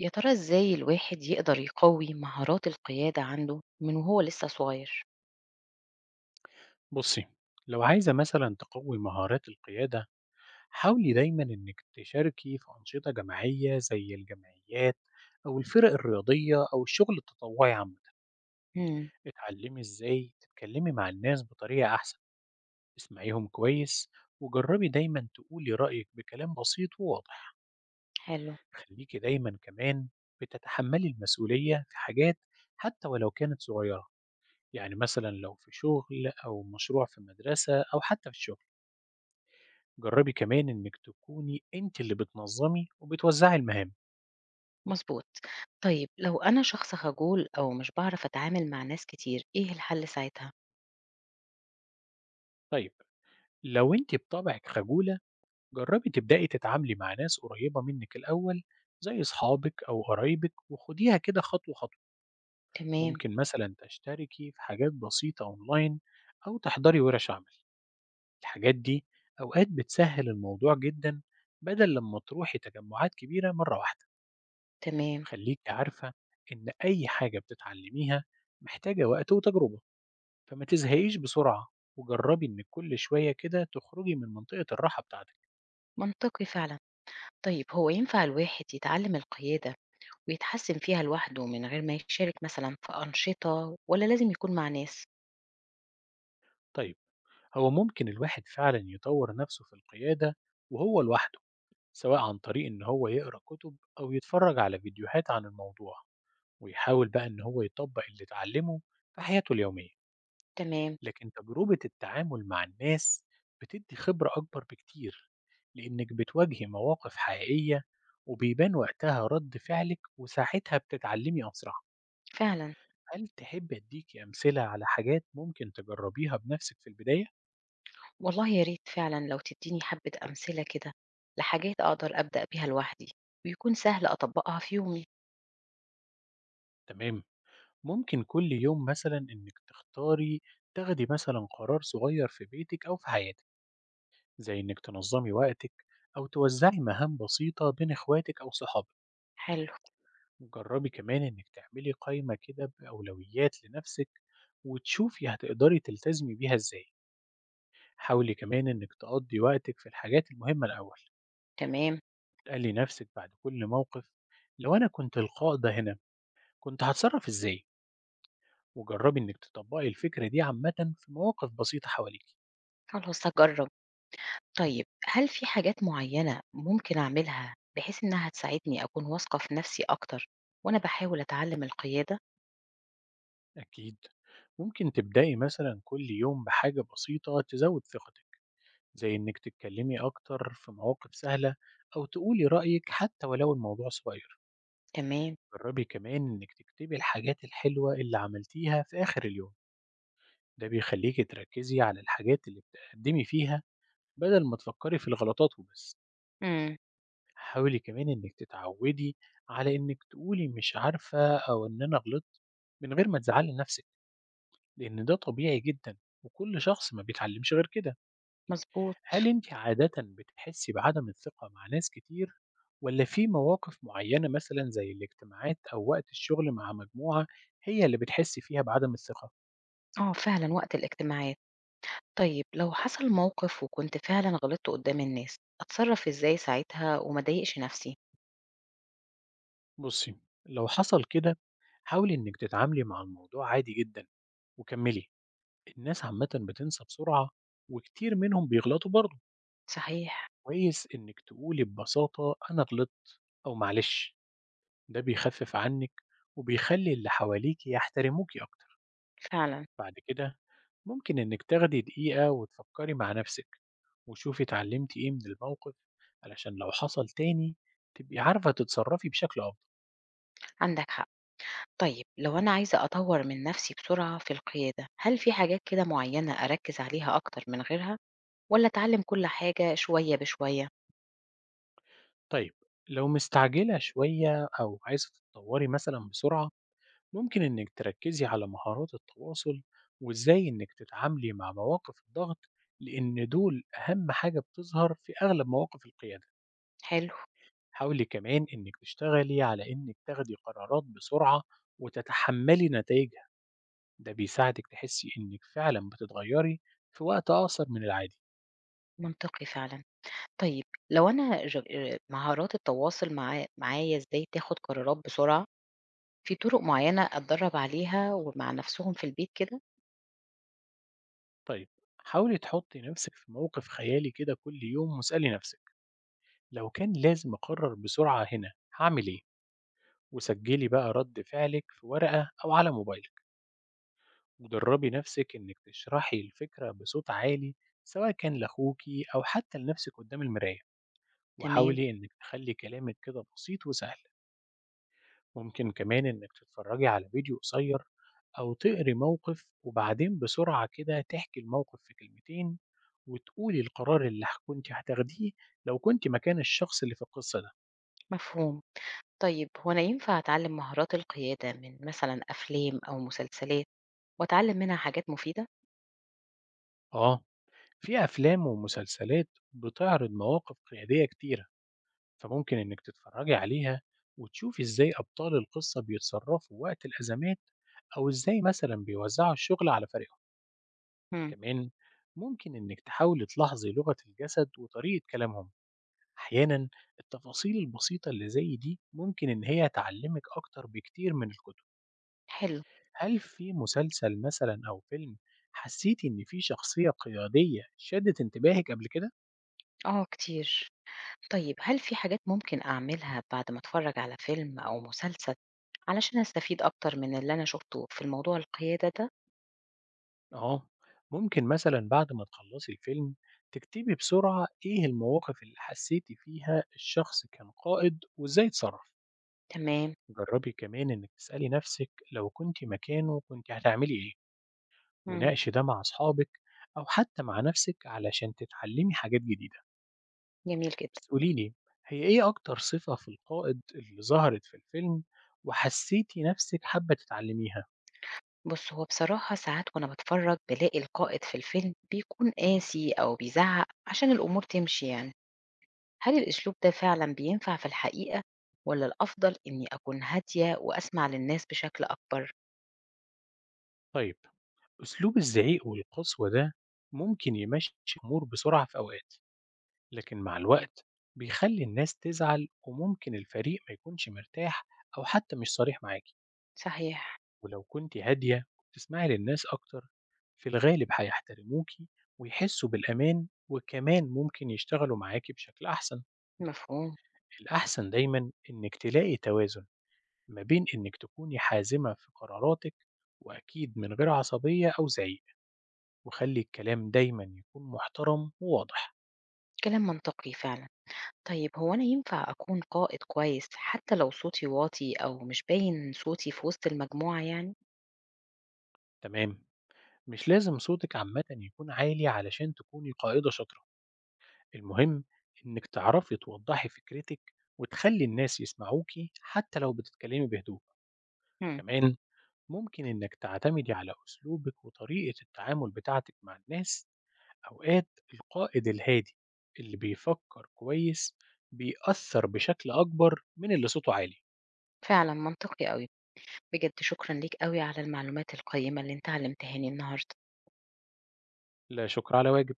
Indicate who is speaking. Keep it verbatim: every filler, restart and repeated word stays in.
Speaker 1: يا ترى إزاي الواحد يقدر يقوي مهارات القيادة عنده من وهو لسه صغير؟
Speaker 2: بصي. لو عايزة مثلا تقوي مهارات القيادة، حاولي دايما إنك تشاركي في أنشطة جماعية زي الجمعيات أو الفرق الرياضية أو الشغل التطوعي عامة.
Speaker 1: إمم،
Speaker 2: اتعلمي إزاي تتكلمي مع الناس بطريقة أحسن، اسمعيهم كويس، وجربي دايما تقولي رأيك بكلام بسيط وواضح.
Speaker 1: حلو،
Speaker 2: خليكي دايما كمان بتتحملي المسؤولية في حاجات، حتى ولو كانت صغيرة. يعني مثلا لو في شغل أو مشروع في مدرسة أو حتى في الشغل، جربي كمان إنِك تكوني أنتِ اللي بتنظمي وبتوزعي المهام.
Speaker 1: مضبوط. طيب لو أنا شخص خجول أو مش باعرف أتعامل مع ناس كتير، إيه الحل ساعتها؟
Speaker 2: طيب، لو أنتِ بطبعِك خجولة، جربي تبدأي تتعاملي مع ناس قريبة منِك الأول، زي أصحابك أو قرايبك، وخديها كده خطوة خطوة.
Speaker 1: تمام،
Speaker 2: ممكن مثلا تشتركي في حاجات بسيطة أونلاين أو تحضري ورش عمل. الحاجات دي أوقات بتسهل الموضوع جدا، بدل لما تروحي تجمعات كبيرة مرة واحدة.
Speaker 1: تمام،
Speaker 2: خليكي عارفة إن أي حاجة بتتعلميها محتاجة وقت وتجربة، فما تزهقيش بسرعة، وجربي إنك كل شوية كده تخرجي من منطقة الراحة بتاعتك.
Speaker 1: منطقي فعلًا. طيب هو ينفع الواحد يتعلم القيادة ويتحسن فيها لوحده من غير ما يشارك مثلًا في أنشطة والّا لازم يكون مع ناس؟
Speaker 2: طيب، هو ممكن الواحد فعلا يطور نفسه في القيادة وهو لوحده، سواء عن طريق إن هو يقرأ كتب أو يتفرج على فيديوهات عن الموضوع، ويحاول بقى إن هو يطبق اللي اتعلمه في حياته اليومية.
Speaker 1: تمام،
Speaker 2: لكن تجربة التعامل مع الناس بتدي خبرة أكبر بكتير، لإنك بتواجهي مواقف حقيقية وبيبان وقتها رد فعلك، وساعتها بتتعلمي أسرع.
Speaker 1: فعلًا.
Speaker 2: هل تحب أديكِ أمثلة على حاجات ممكن تجربيها بنفسِك في البداية؟
Speaker 1: والله يا ريت فعلا لو تديني حبة أمثلة كده لحاجات أقدر أبدأ بيها لوحدي ويكون سهل أطبقها في يومي.
Speaker 2: تمام، ممكن كل يوم مثلًا إنِّك تختاري تاخدي مثلًا قرار صغير في بيتِك أو في حياتِك، زي إنِّك تنظّمي وقتِك أو توزّعي مهام بسيطة بين إخواتِك أو صحابِك،
Speaker 1: حلو.
Speaker 2: جرّبي كمان إنِّك تعملي قايمة كده بأولويات لنفسِك وتشوفي هتقدري تلتزمي بيها إزاي، حاولي كمان إنِّك تقضّي وقتِك في الحاجات المهمة الأول،
Speaker 1: تمام.
Speaker 2: تسألي نفسِك بعد كل موقف، لو أنا كنت القائد هنا كنت هتصرف إزاي؟ وجربي إنك تطبقي الفكرة دي عامة في مواقف بسيطة حواليك.
Speaker 1: خلاص هجرب. طيب هل في حاجات معينة ممكن أعملها بحيث إنها تساعدني أكون واثقة في نفسي أكتر وأنا بحاول أتعلم القيادة؟
Speaker 2: أكيد، ممكن تبدأي مثلا كل يوم بحاجة بسيطة تزود ثقتك، زي إنك تتكلمي أكتر في مواقف سهلة أو تقولي رأيك حتى ولو الموضوع صغير.
Speaker 1: تمام.
Speaker 2: جربي كمان إنك تكتبي الحاجات الحلوة اللي عملتيها في آخر اليوم، ده بيخليكي تركزي على الحاجات اللي بتقدمي فيها، بدل ما تفكري في الغلطات وبس.
Speaker 1: امم
Speaker 2: حاولي كمان إنِّك تتعودي على إنِّك تقولي مش عارفة أو إن أنا غلطت من غير ما تزعلي نفسِك، لإن ده طبيعي جدًا، وكل شخص ما بيتعلمش غير كده.
Speaker 1: مظبوط.
Speaker 2: هل أنتِ عادةً بتحسي بعدم الثقة مع ناس كتير، والّا في مواقف معينة مثلًا زي الاجتماعات أو وقت الشغل مع مجموعة هي اللي بتحسي فيها بعدم الثقة؟
Speaker 1: اه فعلا وقت الاجتماعات. طيب لو حصل موقف وكنت فعلا غلطت قدام الناس أتصرف إزاي ساعتها وما ضايقش نفسي؟
Speaker 2: بُصي، لو حصل كده حاولي إنِّك تتعاملي مع الموضوع عادي جدًا وكمّلي، الناس عامةً بتنسى بسرعة، وكتير منهم بيغلطوا برضه.
Speaker 1: صحيح.
Speaker 2: كويس إنِّك تقولي ببساطة أنا غلطت أو معلش، ده بيخفف عنِّك وبيخلّي اللي حواليكِ يحترموكِ أكتر.
Speaker 1: فعلا.
Speaker 2: بعد كده ممكن إنِّك تاخدي دقيقة وتفكّري مع نَفْسِك، وشوفي اتعلمتِ إيه من الموقف، علشان لو حصل تاني تبقي عارفة تتصرّفي بشكل أفضل.
Speaker 1: عندك حق. طيب لو أنا عايزة أطور من نفسي بسرعة في القيادة، هل في حاجات كده معينة أركز عليها أكتر من غيرها ولا أتعلم كل حاجة شوية بشوية؟
Speaker 2: طيب، لو مستعجلة شوية أو عايزة تتطوّري مثلًا بسرعة، ممكن إنك تركزي على مهارات التواصل وإزاي إنك تتعاملي مع مواقف الضغط، لأن دول أهم حاجة بتظهر في أغلب مواقف القيادة.
Speaker 1: حلو.
Speaker 2: حاولي كمان إنك تشتغلي على إنك تاخدي قرارات بسرعة وتتحملي نتائجها، ده بيساعدك تحسي إنك فعلا بتتغيري في وقت أقصر من العادي.
Speaker 1: منطقي فعلا. طيب، لو أنا ر- مهارات التواصل معا- معايا إزاي تاخد قرارات بسرعة، في طرق معينة أتدرب عليها ومع نفسهم في البيت كده؟
Speaker 2: طيب، حاولي تحطي نفسك في موقف خيالي كده كل يوم واسألي نفسك، لو كان لازم أقرر بسرعة هنا هعمل إيه، وسجلي بقى رد فعلك في ورقة أو على موبايل. ودربي نفسك إنك تشرحي الفكرة بصوت عالي، سواء كان لأخوكي أو حتى لنفسك قدام المراية،
Speaker 1: تمام.
Speaker 2: وحاولي إنك تخلي كلامك كده بسيط وسهل. ممكن كمان إنك تتفرجي على فيديو قصير أو تقري موقف، وبعدين بسرعة كده تحكي الموقف في كلمتين وتقولي القرار اللي ح- كنت هتاخديه لو كنت مكان الشخص اللي في القصة ده.
Speaker 1: مفهوم. طيب هو أنا ينفع أتعلم مهارات القيادة من مثلا أفلام أو مسلسلات وأتعلم منها حاجات مفيدة؟
Speaker 2: آه، في أفلام ومسلسلات بتعرض مواقف قيادية كتيرة، فممكن إنِّك تتفرّجي عليها وتشوفي إزاي أبطال القصة بيتصرّفوا وقت الأزمات، أو إزاي مثلًا بيوزّعوا الشُغل على فريقهم،
Speaker 1: مم.
Speaker 2: كمان ممكن إنِّك تحاولي تلاحظي لغة الجسد وطريقة كلامهم، أحيانًا التفاصيل البسيطة اللي زي دي ممكن إن هي تعلّمِك أكتر بكتير من الكُتب.
Speaker 1: حلو.
Speaker 2: هل في مسلسل مثلًا أو فيلم حسّيتِ إن في شخصية قيادية شادت انتباهِك قبل كده؟
Speaker 1: اه كتير. طيب هل في حاجات ممكن أعملها بعد ما أتفرج على فيلم أو مسلسل علشان أستفيد أكتر من اللي أنا شفته في الموضوع القيادة ده؟
Speaker 2: أهو، ممكن مثلا بعد ما تخلصي الفيلم تكتبي بسرعة إيه المواقف اللي حسيتي فيها الشخص كان قائد وإزاي اتصرف.
Speaker 1: تمام.
Speaker 2: جربي كمان إنك تسألي نفسك لو كنت مكانه كنت هتعملي إيه،
Speaker 1: مم.
Speaker 2: وناقشي ده مع أصحابك أو حتى مع نفسك علشان تتعلمي حاجات جديدة.
Speaker 1: جميل جدا.
Speaker 2: بس قوليلي، هي إيه أكتر صفة في القائد اللي ظهرت في الفيلم وحسيتي نفسك حابة تتعلميها؟
Speaker 1: بص، هو بصراحة ساعات وأنا بتفرج بلاقي القائد في الفيلم بيكون قاسي أو بيزعق عشان الأمور تمشي يعني، هل الأسلوب ده فعلا بينفع في الحقيقة ولا الأفضل إني أكون هادية وأسمع للناس بشكل أكبر؟
Speaker 2: طيب، أسلوب الزعيق والقسوة ده ممكن يمشي أمور بسرعة في أوقات، لكن مع الوقت بيخلي الناس تزعل، وممكن الفريق ما يكونش مرتاح أو حتى مش صريح معاكي.
Speaker 1: صحيح.
Speaker 2: ولو كنت هادية وبتسمعي للناس أكتر، في الغالب هيحترموكي ويحسوا بالأمان، وكمان ممكن يشتغلوا معاكي بشكل أحسن.
Speaker 1: مفهوم.
Speaker 2: الأحسن دايما إنك تلاقي توازن ما بين إنك تكوني حازمة في قراراتك، وأكيد من غير عصبية أو زعيق، وخلي الكلام دايما يكون محترم وواضح.
Speaker 1: كلام منطقي فعلا. طيب هو أنا ينفع أكون قائد كويس حتى لو صوتي واطي أو مش باين صوتي في وسط المجموعة يعني؟
Speaker 2: تمام، مش لازم صوتِك عامةً يكون عالي علشان تكوني قائدة شاطرة، المهم إنِّك تعرفي توضّحي فكرتِك وتخلّي الناس يسمعوكِ حتى لو بتتكلمي بهدوء،
Speaker 1: مم.
Speaker 2: كمان ممكن إنِّك تعتمدي على أسلوبِك وطريقة التعامل بتاعتِك مع الناس، أوقات القائد الهادي اللي بيفكّر كويس بيأثّر بشكل أكبر من اللي صوته عالي.
Speaker 1: فعلا منطقي أوي. بجد شكرا ليك أوي على المعلومات القيمة اللي أنت علمتهاني النهاردة.
Speaker 2: لا شكر على واجب.